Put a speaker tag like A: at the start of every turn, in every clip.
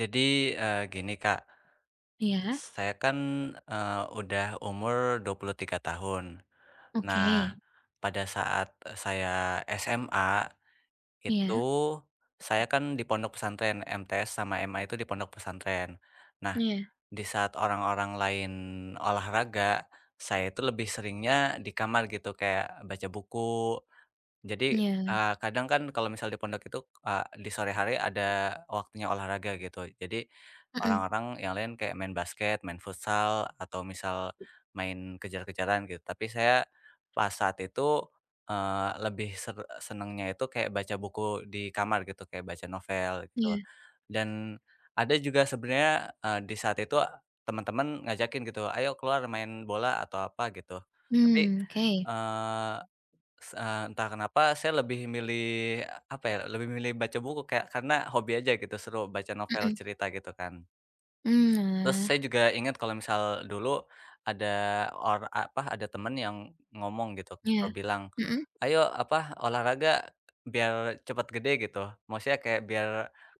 A: Jadi, gini Kak,
B: Iya,
A: saya kan, udah umur 23 tahun.
B: oke.
A: Nah, pada saat saya SMA itu,
B: Iya,
A: saya kan di pondok pesantren, MTs sama MA itu di pondok pesantren. Nah,
B: iya,
A: di saat orang-orang lain olahraga, saya itu lebih seringnya di kamar gitu, kayak baca buku. Jadi,
B: iya,
A: kadang kan kalau misal di pondok itu, di sore hari ada waktunya olahraga gitu. Jadi
B: mhm,
A: orang-orang yang lain kayak main basket, main futsal, atau misal main kejar-kejaran gitu. Tapi saya pas saat itu, eee, lebih ser senengnya itu kayak baca buku di kamar gitu, kayak baca novel gitu.
B: iya,
A: Dan ada juga sebenarnya, di saat itu teman-teman ngajakin gitu, "Ayo keluar main bola atau apa," gitu. Tapi,
B: hmm, oke,
A: eee entah kenapa saya lebih milih, apa ya, lebih milih baca buku kayak karena hobi aja gitu, seru baca novel
B: mhm,
A: cerita gitu kan.
B: mmm,
A: Terus saya
B: oalah,
A: juga ingat kalau misal dulu ada, ada temen yang ngomong gitu atau
B: iya,
A: bilang,
B: mhm,
A: "Ayo apa, olahraga biar cepet gede," gitu. Maksudnya kayak biar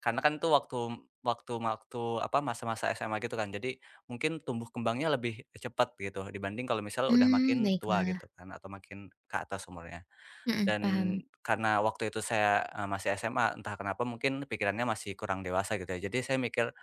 A: karena kan tuh waktu waktu waktu apa, masa-masa SMA gitu kan, jadi mungkin tumbuh kembangnya lebih cepet gitu dibanding kalau misal udah
B: mmm,
A: makin tua
B: baiklah,
A: gitu kan atau makin ke atas umurnya.
B: mhm,
A: Dan
B: paham,
A: karena waktu itu saya, masih SMA, entah kenapa mungkin pikirannya masih kurang dewasa gitu ya. Jadi saya mikir,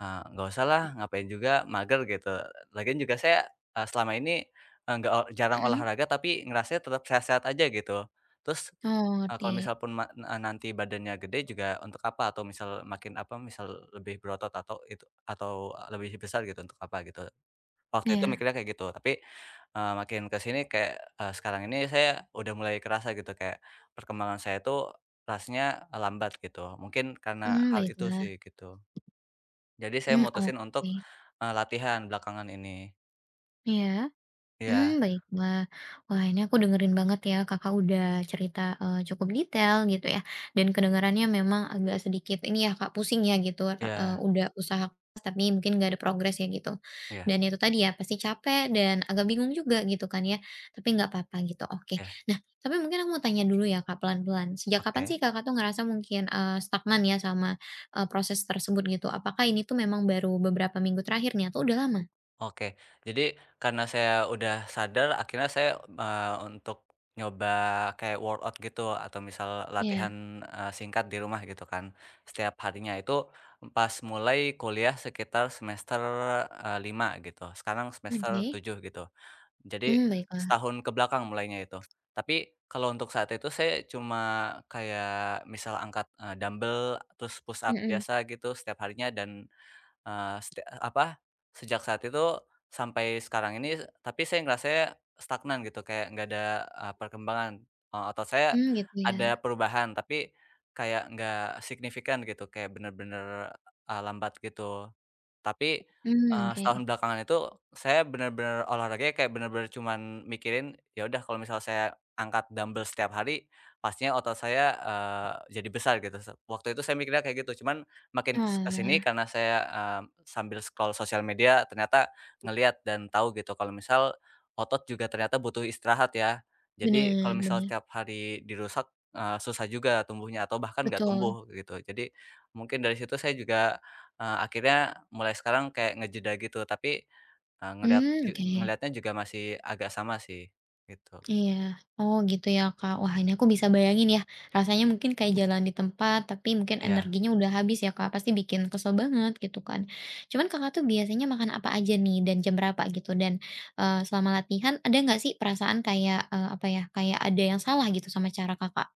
A: "Nggak usah lah, ngapain juga, mager," gitu. Lagian juga saya, selama ini, eee, nggak ol jarang
B: mhm,
A: olahraga tapi ngerasa tetap sehat-sehat aja gitu. Terus,
B: oh ngerti,
A: kalau misal pun nanti badannya gede juga untuk apa atau misal makin apa, misal lebih berotot atau itu atau lebih besar gitu, untuk apa gitu. Waktu itu
B: iya,
A: mikirnya kayak gitu, tapi makin ke sini kayak, sekarang ini saya udah mulai kerasa gitu kayak perkembangan saya itu rasanya lambat gitu, mungkin karena
B: hmm,
A: hal itu
B: baiklah,
A: sih gitu. Jadi saya
B: hmm,
A: mutusin untuk,
B: oke,
A: latihan belakangan ini.
B: iya.
A: Iya
B: Mmm, baiklah. Wah, ini aku dengerin banget ya, Kakak udah cerita, cukup detail gitu ya, dan kedengarannya memang agak sedikit ini ya Kak, pusing ya gitu,
A: iya
B: udah usaha keras tapi mungkin gak ada progres ya gitu.
A: iya
B: Dan itu tadi ya, pasti capek dan agak bingung juga gitu kan ya, tapi nggak apa-apa gitu, oke.
A: iya,
B: Nah, tapi mungkin aku mau tanya dulu ya Kak, pelan-pelan, sejak kapan sih
A: oke.
B: Kakak tuh ngerasa mungkin, stagnan ya sama, proses tersebut gitu? Apakah ini tuh memang baru beberapa minggu terakhir nih atau udah lama?
A: Oke, jadi karena saya udah sadar akhirnya saya, untuk nyoba kayak workout gitu atau misal
B: Ya,
A: latihan, singkat di rumah gitu kan setiap harinya. Itu pas mulai kuliah sekitar semester, 5 gitu, sekarang semester
B: oke.
A: tujuh gitu. Jadi
B: Hmm, baiklah.
A: setahun ke belakang mulainya itu. Tapi kalau untuk saat itu saya cuma kayak misal angkat, dumbbell terus push up
B: Mhm,
A: biasa gitu setiap harinya. Dan Eee, seti apa, sejak saat itu sampai sekarang ini, tapi saya ngerasanya stagnan gitu, kayak nggak ada, perkembangan. Otot saya
B: mmm, gitu ya,
A: ada perubahan, tapi kayak nggak signifikan gitu, kayak bener-bener, lambat gitu. Tapi,
B: mmm, oke.
A: setahun belakangan itu saya benar-benar olahraganya kayak benar-benar cuman mikirin, ya udah kalau misal saya angkat dumbbell setiap hari, pastinya otot saya, jadi besar gitu. Waktu itu saya mikirnya kayak gitu, cuman makin ke
B: Oalah,
A: karena saya, sambil scroll sosial media ternyata ngelihat dan tahu gitu kalau misal otot juga ternyata butuh istirahat ya. Jadi kalau
B: bener
A: misal
B: bener,
A: setiap hari dirusak, susah juga tumbuhnya atau bahkan nggak
B: betul,
A: tumbuh gitu. Jadi mungkin dari situ saya juga akhirnya mulai sekarang kayak ngejeda gitu, tapi, eee, ngelihat
B: mmm,
A: ju
B: oke,
A: ngelihatnya juga masih agak sama sih, gitu.
B: iya, oh gitu ya Kak, wah ini aku bisa bayangin ya, rasanya mungkin kayak jalan di tempat tapi mungkin
A: Iya,
B: energinya udah habis ya Kak, pasti bikin kesel banget gitu kan. Cuman Kakak tuh biasanya makan apa aja nih dan jam berapa gitu? Dan, selama latihan ada nggak sih perasaan kayak, apa ya, kayak ada yang salah gitu sama cara Kakak?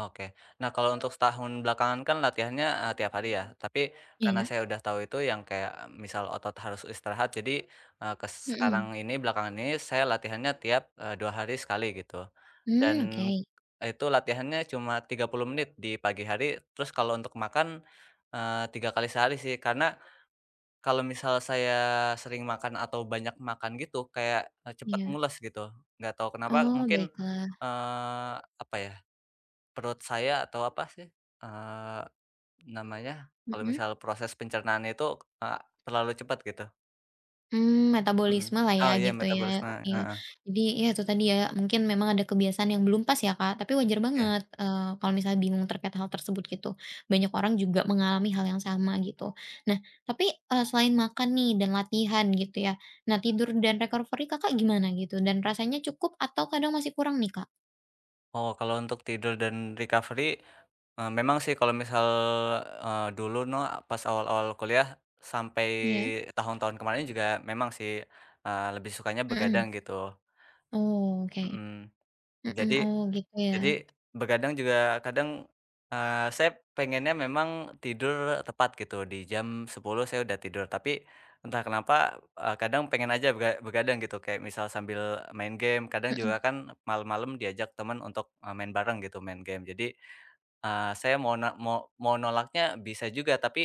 A: oke. Nah, kalau untuk setahun belakangan kan latihannya, tiap hari ya, tapi karena
B: Iya,
A: saya udah tahu itu yang kayak eh, misal otot harus istirahat, jadi, eee, kes sekarang
B: mhm,
A: ini belakangan ini saya latihannya tiap, 2 hari sekali gitu. Dan
B: mmm, oke,
A: itu latihannya cuma 30 menit di pagi hari, terus kalau untuk makan, 3 kali sehari sih, karena kalau misal saya sering makan atau banyak makan gitu, kayak, cepat
B: iya,
A: mules gitu. Nggak tahu kenapa
B: oh
A: mungkin,
B: baiklah,
A: eee, apa ya, perut saya atau apa sih, eee, namanya, kalau
B: mhm.
A: misal proses pencernaan itu, eee, terlalu cepat gitu.
B: Mmm,
A: Mhm.
B: metabolisme lah ya
A: Oh iya
B: gitu ya,
A: metabolisme,
B: iya.
A: heeh,
B: Jadi ya itu tadi ya, mungkin memang ada kebiasaan yang belum pas ya, Kak, tapi wajar
A: iya.
B: banget, kalau misalnya bingung terkait hal tersebut gitu. Banyak orang juga mengalami hal yang sama gitu. Nah, tapi, selain makan nih dan latihan gitu ya, nah tidur dan recovery Kakak gimana gitu? Dan rasanya cukup atau kadang masih kurang nih, Kak?
A: Oh, kalau untuk tidur dan recovery, memang sih kalau misal, eee, dulu no pas awal-awal kuliah sampai
B: Iya,
A: tahun-tahun kemarin juga memang sih, lebih sukanya
B: mhm.
A: begadang gitu.
B: Oh, oke.
A: Mhm,
B: Mhm,
A: jadi
B: oh gitu ya.
A: jadi begadang juga kadang, saya pengennya memang tidur tepat gitu di jam 10 saya udah tidur tapi entah kenapa, kadang pengen aja begadang gitu kayak misal sambil main game. Kadang
B: Mhm,
A: juga kan malam-malam diajak teman untuk, main bareng gitu main game. Jadi, eee, saya mau na mau mau nolaknya bisa juga tapi,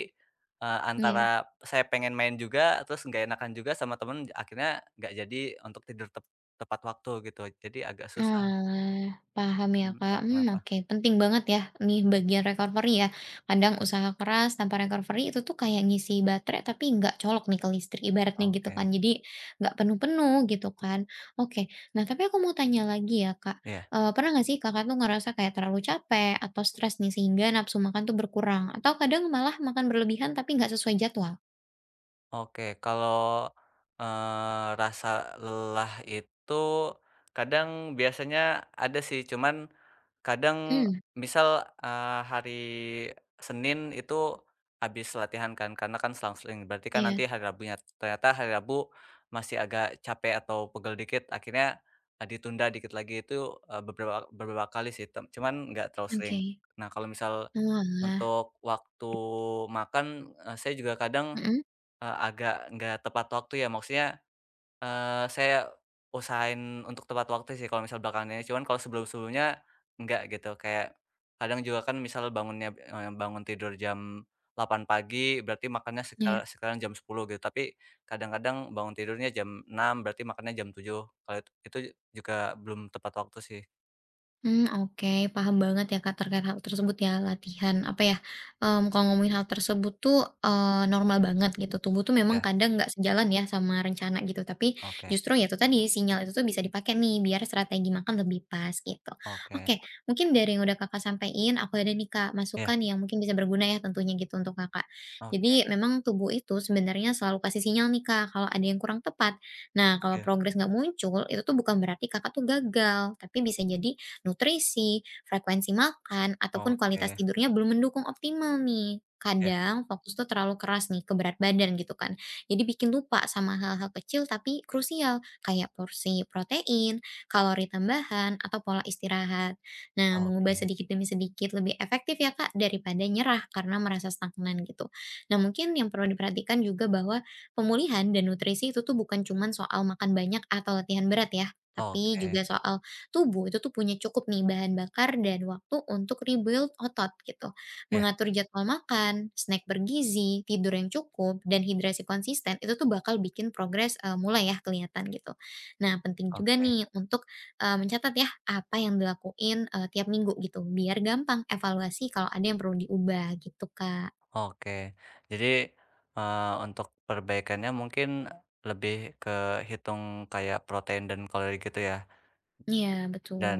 B: iya.
A: antara saya pengen main juga terus nggak enakan juga sama temen, akhirnya nggak jadi untuk tidur tepat waktu gitu, jadi agak susah.
B: Oalah, paham ya
A: Mmm,
B: Kak,
A: entah
B: mmm,
A: kenapa.
B: oke, penting banget ya nih bagian recovery ya, kadang usaha keras tanpa recovery itu tuh kayak ngisi baterai tapi nggak colok nih ke listrik ibaratnya gitu
A: Oke,
B: kan, jadi nggak penuh-penuh gitu kan. Oke, nah tapi aku mau tanya lagi ya Kak,
A: iya.
B: pernah nggak sih Kakak tuh ngerasa kayak terlalu capek atau stres nih sehingga nafsu makan tuh berkurang atau kadang malah makan berlebihan tapi nggak sesuai jadwal?
A: Oke, kalau, rasa lelah itu kadang biasanya ada sih, cuman kadang
B: Hmm,
A: misal, hari Senin itu habis latihan kan, karena kan selang-seling, berarti kan
B: iya,
A: nanti hari Rabunya. Ternyata hari Rabu masih agak capek atau pegel dikit, akhirnya, ditunda dikit lagi itu, eee, beberapa beberapa kali sih, cuman nggak terlalu sering.
B: oke.
A: Nah, kalau misal
B: Oalah,
A: untuk waktu makan, saya juga kadang,
B: mhm,
A: agak nggak tepat waktu ya, maksudnya, saya usahain untuk tepat waktu sih kalau misal belakangan, cuman kalau sebelum-sebelumnya nggak gitu. Kayak kadang juga kan misal bangunnya bangun tidur jam 8 pagi, berarti makannya
B: iya.
A: sekarang jam sepuluh gitu, tapi kadang-kadang bangun tidurnya jam 6 berarti makannya jam 7. Kalau itu, juga belum tepat waktu sih.
B: Hmm, oke, paham banget ya, Kak, terkait hal tersebut ya, latihan apa ya, mmm, kalau ngomongin hal tersebut tuh, normal banget gitu. Tubuh tuh memang
A: Ya,
B: kadang nggak sejalan ya sama rencana gitu, tapi
A: oke,
B: justru ya itu tadi, sinyal itu tuh bisa dipakai nih biar strategi makan lebih pas gitu.
A: oke.
B: Oke, mungkin dari yang udah Kakak sampein, aku ada nih, Kak,
A: Ya,
B: masukan yang mungkin bisa berguna ya tentunya gitu untuk Kakak.
A: oke,
B: Jadi memang tubuh itu sebenarnya selalu kasih sinyal nih, Kak, kalau ada yang kurang tepat. Nah, kalau
A: ya,
B: progres nggak muncul, itu tuh bukan berarti Kakak tuh gagal, tapi bisa jadi nutrisi, frekuensi makan, ataupun
A: oke.
B: kualitas tidurnya belum mendukung optimal nih. Kadang fokus tuh terlalu keras nih ke berat badan gitu kan. Jadi bikin lupa sama hal-hal kecil tapi krusial kayak porsi protein, kalori tambahan, atau pola istirahat. Nah, mengubah
A: Oke,
B: sedikit demi sedikit lebih efektif ya Kak daripada nyerah karena merasa stagnan gitu. Nah, mungkin yang perlu diperhatikan juga bahwa pemulihan dan nutrisi itu tuh bukan cuman soal makan banyak atau latihan berat ya, tapi
A: oke,
B: juga soal tubuh itu tuh punya cukup nih bahan bakar dan waktu untuk rebuild otot gitu.
A: ya,
B: Mengatur jadwal makan, snack bergizi, tidur yang cukup, dan hidrasi konsisten itu tuh bakal bikin progres mulai ya kelihatan gitu. Nah penting juga
A: oke,
B: nih untuk mencatat ya apa yang dilakuin tiap minggu gitu biar gampang evaluasi kalau ada yang perlu diubah gitu kak.
A: oke. Jadi, untuk perbaikannya mungkin lebih ke hitung kayak protein dan kalori gitu ya,
B: Iya betul.
A: dan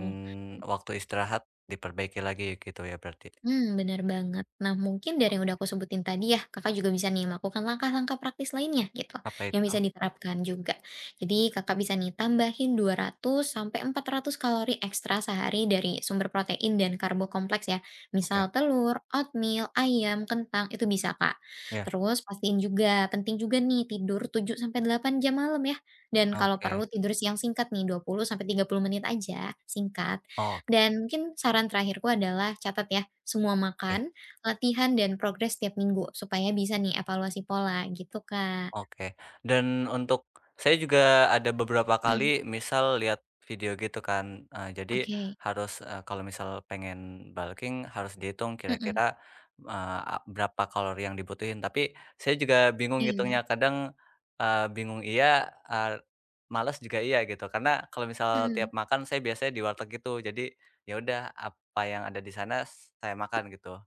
A: waktu istirahat diperbaiki lagi gitu ya berarti?
B: Hmm, benar banget. Nah, mungkin dari yang
A: Oke,
B: udah aku sebutin tadi ya, Kakak juga bisa nih melakukan langkah-langkah praktis lainnya gitu,
A: apa
B: yang
A: itu?
B: bisa diterapkan juga. Jadi Kakak bisa nih tambahin 200 sampai 400 kalori ekstra sehari dari sumber protein dan karbo kompleks ya.
A: Oke.
B: Misal telur, oatmeal, ayam, kentang, itu bisa, Kak.
A: Ya,
B: Terus pastiin juga, penting juga nih tidur 7 sampai 8 jam malam ya. Dan kalau perlu
A: oke,
B: tidur siang singkat nih, 20 sampai 30 menit aja, singkat.
A: oke.
B: Dan mungkin saran terakhirku adalah catat ya, semua makan, latihan, dan progres tiap minggu, supaya bisa nih evaluasi pola, gitu, Kak.
A: Oke, dan untuk saya juga ada beberapa
B: Mhm,
A: kali misal lihat video gitu kan, jadi
B: oke.
A: harus, kalau misal pengen bulking harus dihitung
B: Mhm,
A: kira-kira, eee, a berapa kalori yang dibutuhin. Tapi saya juga bingung
B: iya,
A: ngitungnya, kadang, bingung iya, males juga iya gitu. Karena kalau misal
B: mhm.
A: tiap makan saya biasanya di warteg gitu, jadi ya udah apa yang ada di sana saya makan gitu.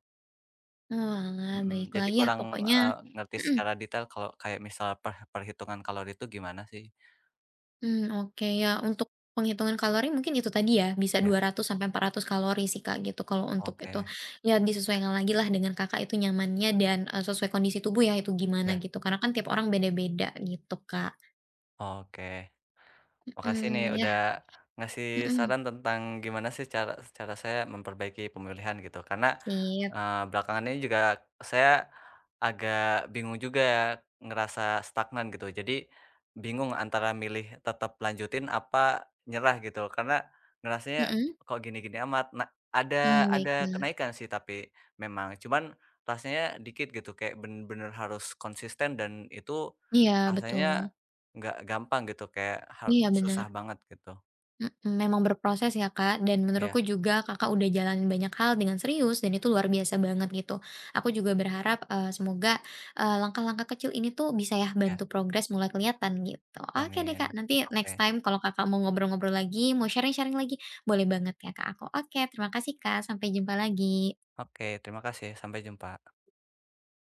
B: Oalah,
A: Mhm,
B: baiklah.
A: jadi
B: Yah,
A: kurang,
B: pokoknya
A: ngerti
B: mhm,
A: secara detail kalau kayak misal perhitungan kalori itu gimana sih?
B: mmm, oke, ya, untuk penghitungan kalori mungkin itu tadi ya, bisa
A: Ya,
B: 200 sampai 400 kalori sih, Kak, gitu, kalau untuk itu.
A: oke,
B: Ya, disesuaikan lagi lah dengan Kakak itu nyamannya dan, sesuai kondisi tubuh ya, itu gimana,
A: ya,
B: gitu. Karena kan tiap orang beda-beda, gitu, Kak.
A: oke. Makasih nih
B: Mhm, yah
A: udah ngasih
B: mhm,
A: saran tentang gimana sih cara cara saya memperbaiki pemilihan gitu, karena
B: sip.
A: Belakangan ini juga saya agak bingung juga ya, ngerasa stagnan gitu. Jadi bingung antara milih tetap lanjutin apa nyerah gitu, karena ngerasanya
B: Mhm,
A: kok gini-gini amat. Nah,
B: mmm,
A: ada ada
B: baiklah.
A: kenaikan sih tapi memang, cuman rasanya dikit gitu, kayak bener-bener harus konsisten dan itu
B: Iya betul,
A: rasanya nggak gampang gitu, kayak
B: iya bener,
A: susah banget gitu.
B: mhm, memang berproses ya Kak, dan menurutku
A: Ya,
B: juga Kakak udah jalanin banyak hal dengan serius dan itu luar biasa banget gitu. Aku juga berharap, semoga, langkah-langkah kecil ini tuh bisa ya
A: ya.
B: bantu progres mulai kelihatan gitu. Oke deh Kak,
A: Amin.
B: nanti next
A: Oke,
B: time kalau Kakak mau ngobrol-ngobrol lagi, mau sharing-sharing lagi, boleh banget ya kak aku. Oke terima kasih Kak, sampai jumpa lagi.
A: oke, terima kasih, sampai jumpa.